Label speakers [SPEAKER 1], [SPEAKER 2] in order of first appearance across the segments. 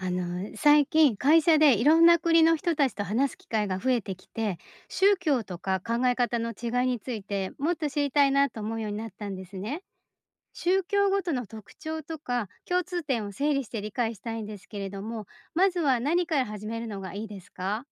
[SPEAKER 1] 最近会社でいろんな国の人たちと話す機会が増えてきて、宗教とか考え方の違いについてもっと知りたいなと思うようになったんですね。宗教ごとの特徴とか共通点を整理して理解したいんですけれども、まずは何から始めるのがいいですか？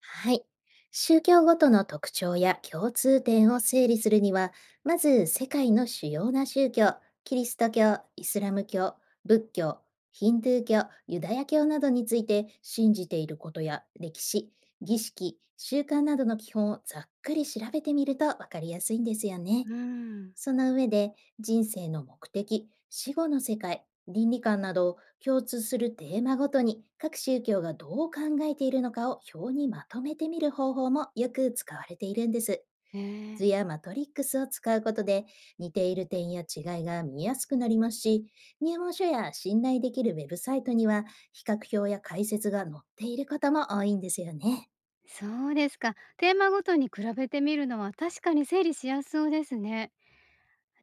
[SPEAKER 2] はい。宗教ごとの特徴や共通点を整理するには、まず世界の主要な宗教、キリスト教、イスラム教、仏教、ヒンドゥー教、ユダヤ教などについて信じていることや歴史、儀式、習慣などの基本をざっくり調べてみるとわかりやすいんですよね。
[SPEAKER 1] うん、
[SPEAKER 2] その上で人生の目的、死後の世界、倫理観など共通するテーマごとに各宗教がどう考えているのかを表にまとめてみる方法もよく使われているんです。
[SPEAKER 1] えー、
[SPEAKER 2] 図やマトリックスを使うことで似ている点や違いが見やすくなりますし、入門書や信頼できるウェブサイトには比較表や解説が載っていることも多いんですよね。
[SPEAKER 1] そうですか。テーマごとに比べてみるのは確かに整理しやすそうですね。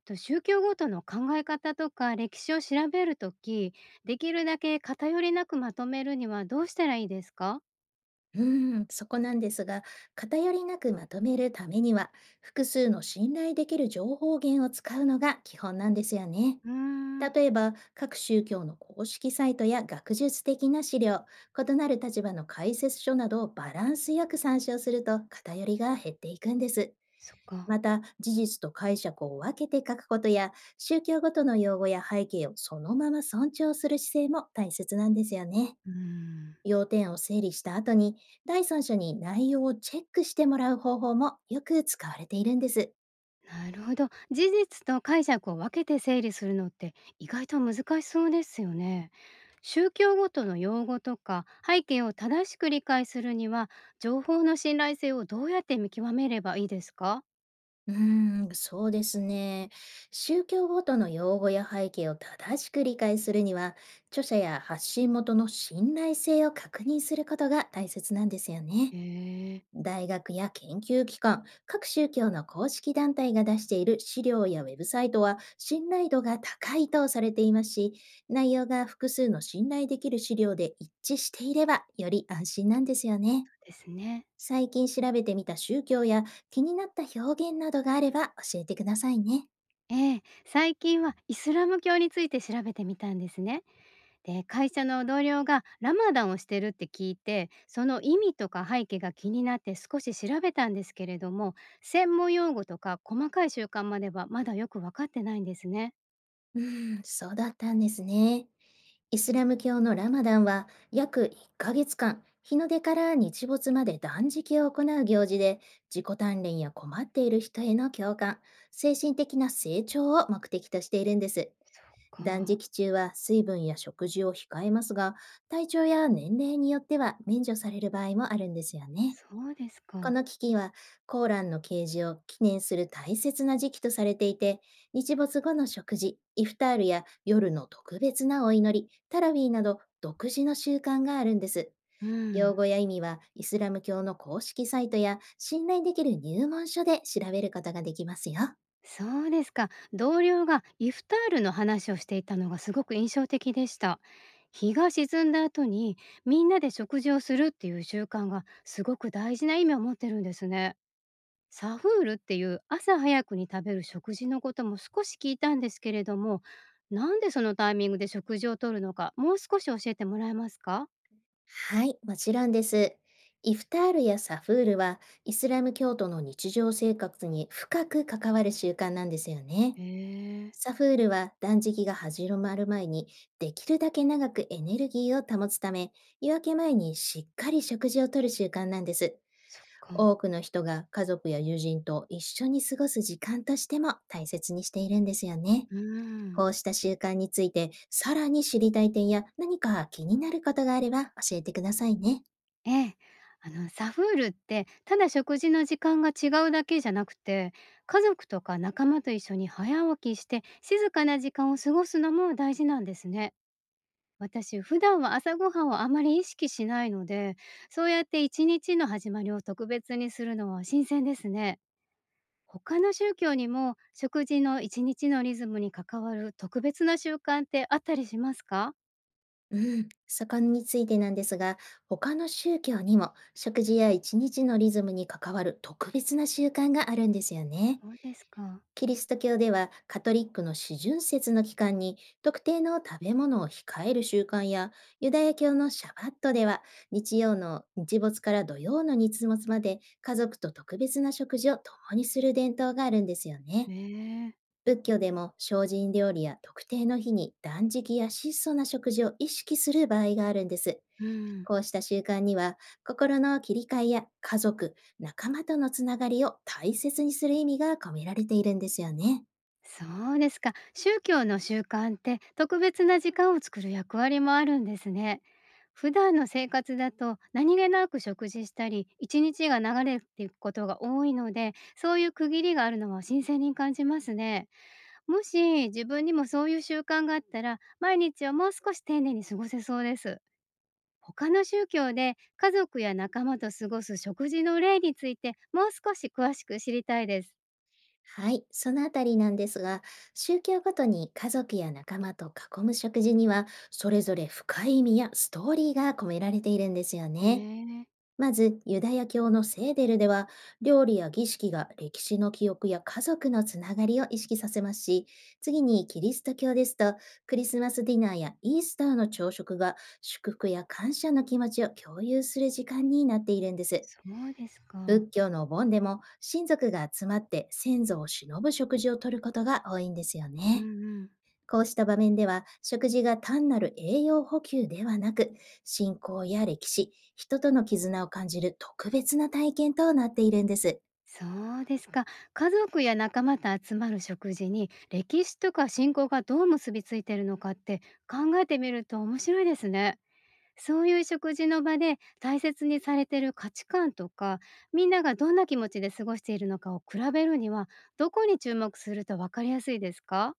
[SPEAKER 1] と宗教ごとの考え方とか歴史を調べるときできるだけ偏りなくまとめるにはどうしたらいいですか？
[SPEAKER 2] うーそこなんですが、偏りなくまとめるためには、複数の信頼できる情報源を使うのが基本なんですよね。
[SPEAKER 1] うーん、
[SPEAKER 2] 例えば、各宗教の公式サイトや学術的な資料、異なる立場の解説書などをバランスよく参照すると偏りが減っていくんです。
[SPEAKER 1] そっか。
[SPEAKER 2] また、事実と解釈を分けて書くことや、宗教ごとの用語や背景をそのまま尊重する姿勢も大切なんですよね。
[SPEAKER 1] うーん、
[SPEAKER 2] 要点を整理した後に、第三者に内容をチェックしてもらう方法もよく使われているんです。
[SPEAKER 1] なるほど。事実と解釈を分けて整理するのって意外と難しそうですよね。宗教ごとの用語とか背景を正しく理解するには情報の信頼性をどうやって見極めればいいですか？
[SPEAKER 2] うーそうですね。宗教ごとの用語や背景を正しく理解するには、著者や発信元の信頼性を確認することが大切なんですよね。
[SPEAKER 1] ええ。
[SPEAKER 2] 大学や研究機関、各宗教の公式団体が出している資料やウェブサイトは信頼度が高いとされていますし、内容が複数の信頼できる資料で一致していればより安心なんですよね。
[SPEAKER 1] ですね。
[SPEAKER 2] 最近調べてみた宗教や気になった表現などがあれば教えてくださいね。
[SPEAKER 1] ええ、最近はイスラム教について調べてみたんですね。で、会社の同僚がラマダンをしてるって聞いて、その意味とか背景が気になって少し調べたんですけれども、専門用語とか細かい習慣まではまだよく分かってないんですね。
[SPEAKER 2] そうだったんですね。イスラム教のラマダンは約1ヶ月間、日の出から日没まで断食を行う行事で、自己鍛錬や困っている人への共感、精神的な成長を目的としているんです。
[SPEAKER 1] そっ
[SPEAKER 2] 断
[SPEAKER 1] か、
[SPEAKER 2] 食中は水分や食事を控えますが、体調や年齢によっては免除される場合もあるんですよね。
[SPEAKER 1] そうです
[SPEAKER 2] こ
[SPEAKER 1] か。
[SPEAKER 2] の危機はコーランの掲示を記念する大切な時期とされていて、日没後の食事、イフタールや夜の特別なお祈り、タラウィーなど独自の習慣があるんです。
[SPEAKER 1] う
[SPEAKER 2] 用
[SPEAKER 1] ん、
[SPEAKER 2] 語や意味はイスラム教の公式サイトや信頼できる入門書で調べることができますよ。
[SPEAKER 1] そうですか。同僚がイフタールの話をしていたのがすごく印象的でした。日が沈んだ後にみんなで食事をするっていう習慣がすごく大事な意味を持ってるんですね。サフールっていう朝早くに食べる食事のことも少し聞いたんですけれども、なんでそのタイミングで食事をとるのか、もう少し教えてもらえますか？
[SPEAKER 2] はい、もちろんです。イフタールやサフールはイスラム教徒の日常生活に深く関わる習慣なんですよね。
[SPEAKER 1] へえ、
[SPEAKER 2] サフールは断食が始まる前に、できるだけ長くエネルギーを保つため、夜明け前にしっかり食事をとる習慣なんです。
[SPEAKER 1] そっか。
[SPEAKER 2] 多くの人が家族や友人と一緒に過ごす時間としても大切にしているんですよね。
[SPEAKER 1] うー
[SPEAKER 2] こ
[SPEAKER 1] ん。
[SPEAKER 2] うした習慣について、さらに知りたい点や何か気になることがあれば教えてくださいね。
[SPEAKER 1] ええ。サフールって、ただ食事の時間が違うだけじゃなくて、家族とか仲間と一緒に早起きして静かな時間を過ごすのも大事なんですね。私、普段は朝ごはんをあまり意識しないので、そうやって一日の始まりを特別にするのは新鮮ですね。他の宗教にも食事の一日のリズムに関わる特別な習慣ってあったりしますか？
[SPEAKER 2] うん、そこについてなんですが、他の宗教にも食事や一日のリズムに関わる特別な習慣があるんですよね。
[SPEAKER 1] そうですか。
[SPEAKER 2] キリスト教ではカトリックの四旬節の期間に特定の食べ物を控える習慣や、ユダヤ教のシャバットでは日曜の日没から土曜の日没まで家族と特別な食事を共にする伝統があるんですよ
[SPEAKER 1] へ
[SPEAKER 2] ね。
[SPEAKER 1] え。
[SPEAKER 2] 仏教でも精進料理や特定の日に断食や質素な食事を意識する場合があるんです。
[SPEAKER 1] うん。
[SPEAKER 2] こうした習慣には、心の切り替えや家族、仲間とのつながりを大切にする意味が込められているんですよね。
[SPEAKER 1] そうですか。宗教の習慣って特別な時間を作る役割もあるんですね。普段の生活だと何気なく食事したり、一日が流れていくことが多いので、そういう区切りがあるのは新鮮に感じますね。もし自分にもそういう習慣があったら、毎日をもう少し丁寧に過ごせそうです。他の宗教で家族や仲間と過ごす食事の例についてもう少し詳しく知りたいです。
[SPEAKER 2] はい、そのあたりなんですが、宗教ごとに家族や仲間と囲む食事には、それぞれ深い意味やストーリーが込められているんですよ
[SPEAKER 1] へ
[SPEAKER 2] ね。
[SPEAKER 1] え、
[SPEAKER 2] まず、ユダヤ教のセーデルでは、料理や儀式が歴史の記憶や家族のつながりを意識させますし、次にキリスト教ですと、クリスマスディナーやイースターの朝食が祝福や感謝の気持ちを共有する時間になっているんです。
[SPEAKER 1] そうですか。
[SPEAKER 2] 仏教のお盆でも親族が集まって先祖を偲ぶ食事をとることが多いんですよ
[SPEAKER 1] うん
[SPEAKER 2] ね。
[SPEAKER 1] うん。
[SPEAKER 2] こうした場面では食事が単なる栄養補給ではなく、信仰や歴史、人との絆を感じる特別な体験となっているんです。
[SPEAKER 1] そうですか。家族や仲間と集まる食事に歴史とか信仰がどう結びついてるのかって考えてみると面白いですね。そういう食事の場で大切にされてる価値観とかみんながどんな気持ちで過ごしているのかを比べるにはどこに注目すると分かりやすいですか？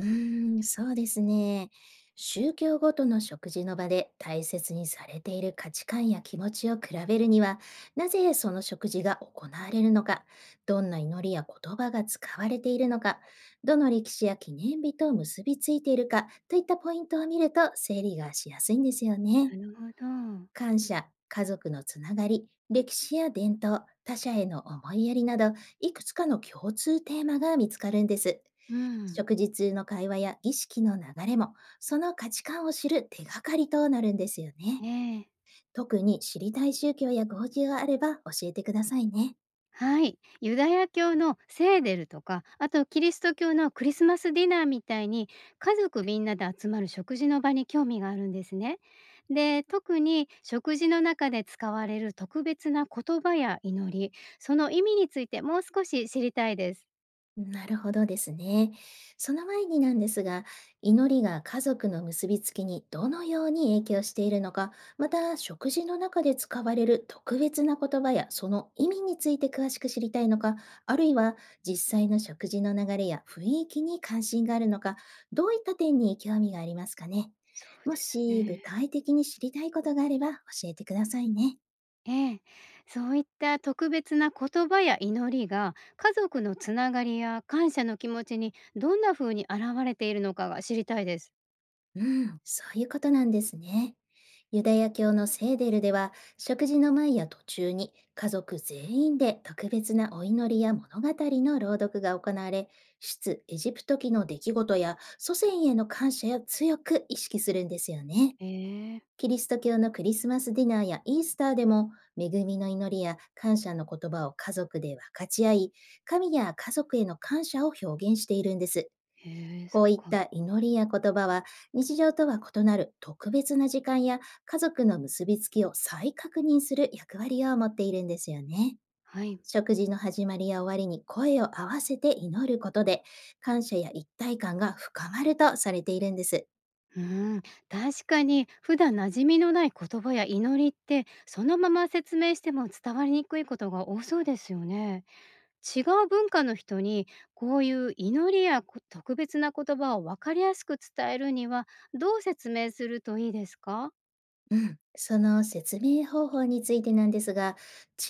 [SPEAKER 2] そうですね。宗教ごとの食事の場で大切にされている価値観や気持ちを比べるには、なぜその食事が行われるのか、どんな祈りや言葉が使われているのか、どの歴史や記念日と結びついているかといったポイントを見ると整理がしやすいんですよね。
[SPEAKER 1] なるほど。
[SPEAKER 2] 感謝、家族のつながり、歴史や伝統、他者への思いやりなど、いくつかの共通テーマが見つかるんです。
[SPEAKER 1] うん。
[SPEAKER 2] 食事中の会話や儀式の流れも、その価値観を知る手がかりとなるんですよね。
[SPEAKER 1] ええ。
[SPEAKER 2] 特に知りたい宗教や行事があれば教えてくださいね。
[SPEAKER 1] はい。ユダヤ教のセーデルとか、あとキリスト教のクリスマスディナーみたいに、家族みんなで集まる食事の場に興味があるんですね。で、特に食事の中で使われる特別な言葉や祈り、その意味についてもう少し知りたいです。
[SPEAKER 2] なるほどですね。その前になんですが、祈りが家族の結びつきにどのように影響しているのか、また食事の中で使われる特別な言葉やその意味について詳しく知りたいのか、あるいは実際の食事の流れや雰囲気に関心があるのか、どういった点に興味がありますかね。
[SPEAKER 1] そう
[SPEAKER 2] も
[SPEAKER 1] です
[SPEAKER 2] し具
[SPEAKER 1] ね。
[SPEAKER 2] 体的に知りたいことがあれば教えてくださいね。
[SPEAKER 1] ええ、そういった特別な言葉や祈りが家族のつながりや感謝の気持ちにどんな風に現れているのかが知りたいです。
[SPEAKER 2] うん、そういうことなんですね。ユダヤ教のセーデルでは、食事の前や途中に家族全員で特別なお祈りや物語の朗読が行われ、出エジプト記の出来事や祖先への感謝を強く意識するんですよね。
[SPEAKER 1] ええ。
[SPEAKER 2] キリスト教のクリスマスディナーやイースターでも、恵みの祈りや感謝の言葉を家族で分かち合い、神や家族への感謝を表現しているんです。
[SPEAKER 1] へえ、そ
[SPEAKER 2] こ
[SPEAKER 1] っ
[SPEAKER 2] ういっ
[SPEAKER 1] か。
[SPEAKER 2] た祈りや言葉は、日常とは異なる特別な時間や家族の結びつきを再確認する役割を持っているんですよね。
[SPEAKER 1] はい。
[SPEAKER 2] 食事の始まりや終わりに声を合わせて祈ることで、感謝や一体感が深まるとされているんです。
[SPEAKER 1] うーん、確かに普段馴染みのない言葉や祈りって、そのまま説明しても伝わりにくいことが多そうですよね。違う文化の人にこういう祈りや特別な言葉を分かりやすく伝えるには、どう説明するといいですか？
[SPEAKER 2] うん、その説明方法についてなんですが、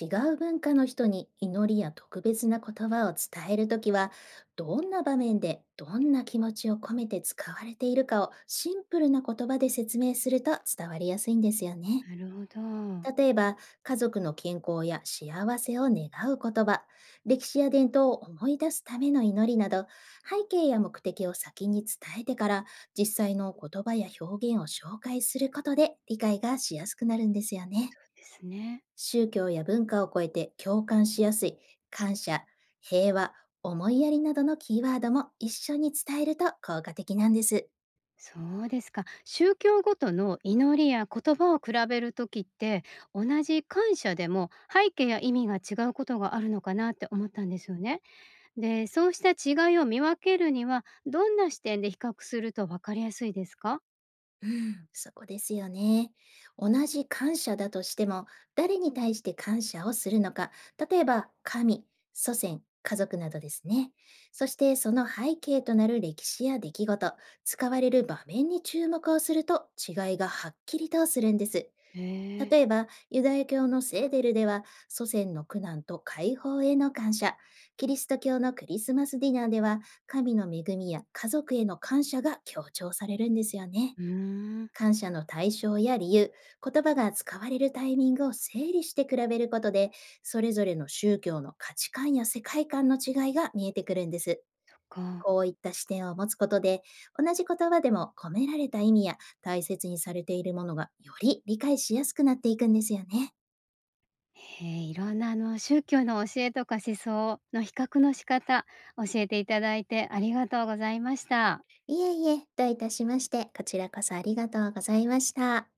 [SPEAKER 2] 違う文化の人に祈りや特別な言葉を伝えるときは、どんな場面でどんな気持ちを込めて使われているかをシンプルな言葉で説明すると伝わりやすいんですよね。
[SPEAKER 1] なるほど。
[SPEAKER 2] 例えば、家族の健康や幸せを願う言葉、歴史や伝統を思い出すための祈りなど、背景や目的を先に伝えてから、実際の言葉や表現を紹介することで理解がしやすくなるんですよね。
[SPEAKER 1] そうですね。
[SPEAKER 2] 宗教や文化を超えて共感しやすい、感謝、平和、思いやりなどのキーワードも一緒に伝えると効果的なんです。
[SPEAKER 1] そうですか。宗教ごとの祈りや言葉を比べるときって同じ感謝でも背景や意味が違うことがあるのかなって思ったんですよね。でそうした違いを見分けるにはどんな視点で比較すると分かりやすいですか？
[SPEAKER 2] うん、そうですよね。同じ感謝だとしても、誰に対して感謝をするのか、例えば神、祖先、家族などですね。そしてその背景となる歴史や出来事、使われる場面に注目をすると違いがはっきりとするんです。
[SPEAKER 1] へえ、
[SPEAKER 2] 例えば、ユダヤ教のセーデルでは、祖先の苦難と解放への感謝。キリスト教のクリスマスディナーでは、神の恵みや家族への感謝が強調されるんですよね。
[SPEAKER 1] うーん。
[SPEAKER 2] 感謝の対象や理由、言葉が使われるタイミングを整理して比べることで、それぞれの宗教の価値観や世界観の違いが見えてくるんです。
[SPEAKER 1] そっか。
[SPEAKER 2] こういった視点を持つことで、同じ言葉でも込められた意味や大切にされているものがより理解しやすくなっていくんですよね。
[SPEAKER 1] へえ、いろんな宗教の教えとか思想の比較の仕方教えていただいてありがとうございました。
[SPEAKER 2] いえいえ、どういたしまして、こちらこそありがとうございました。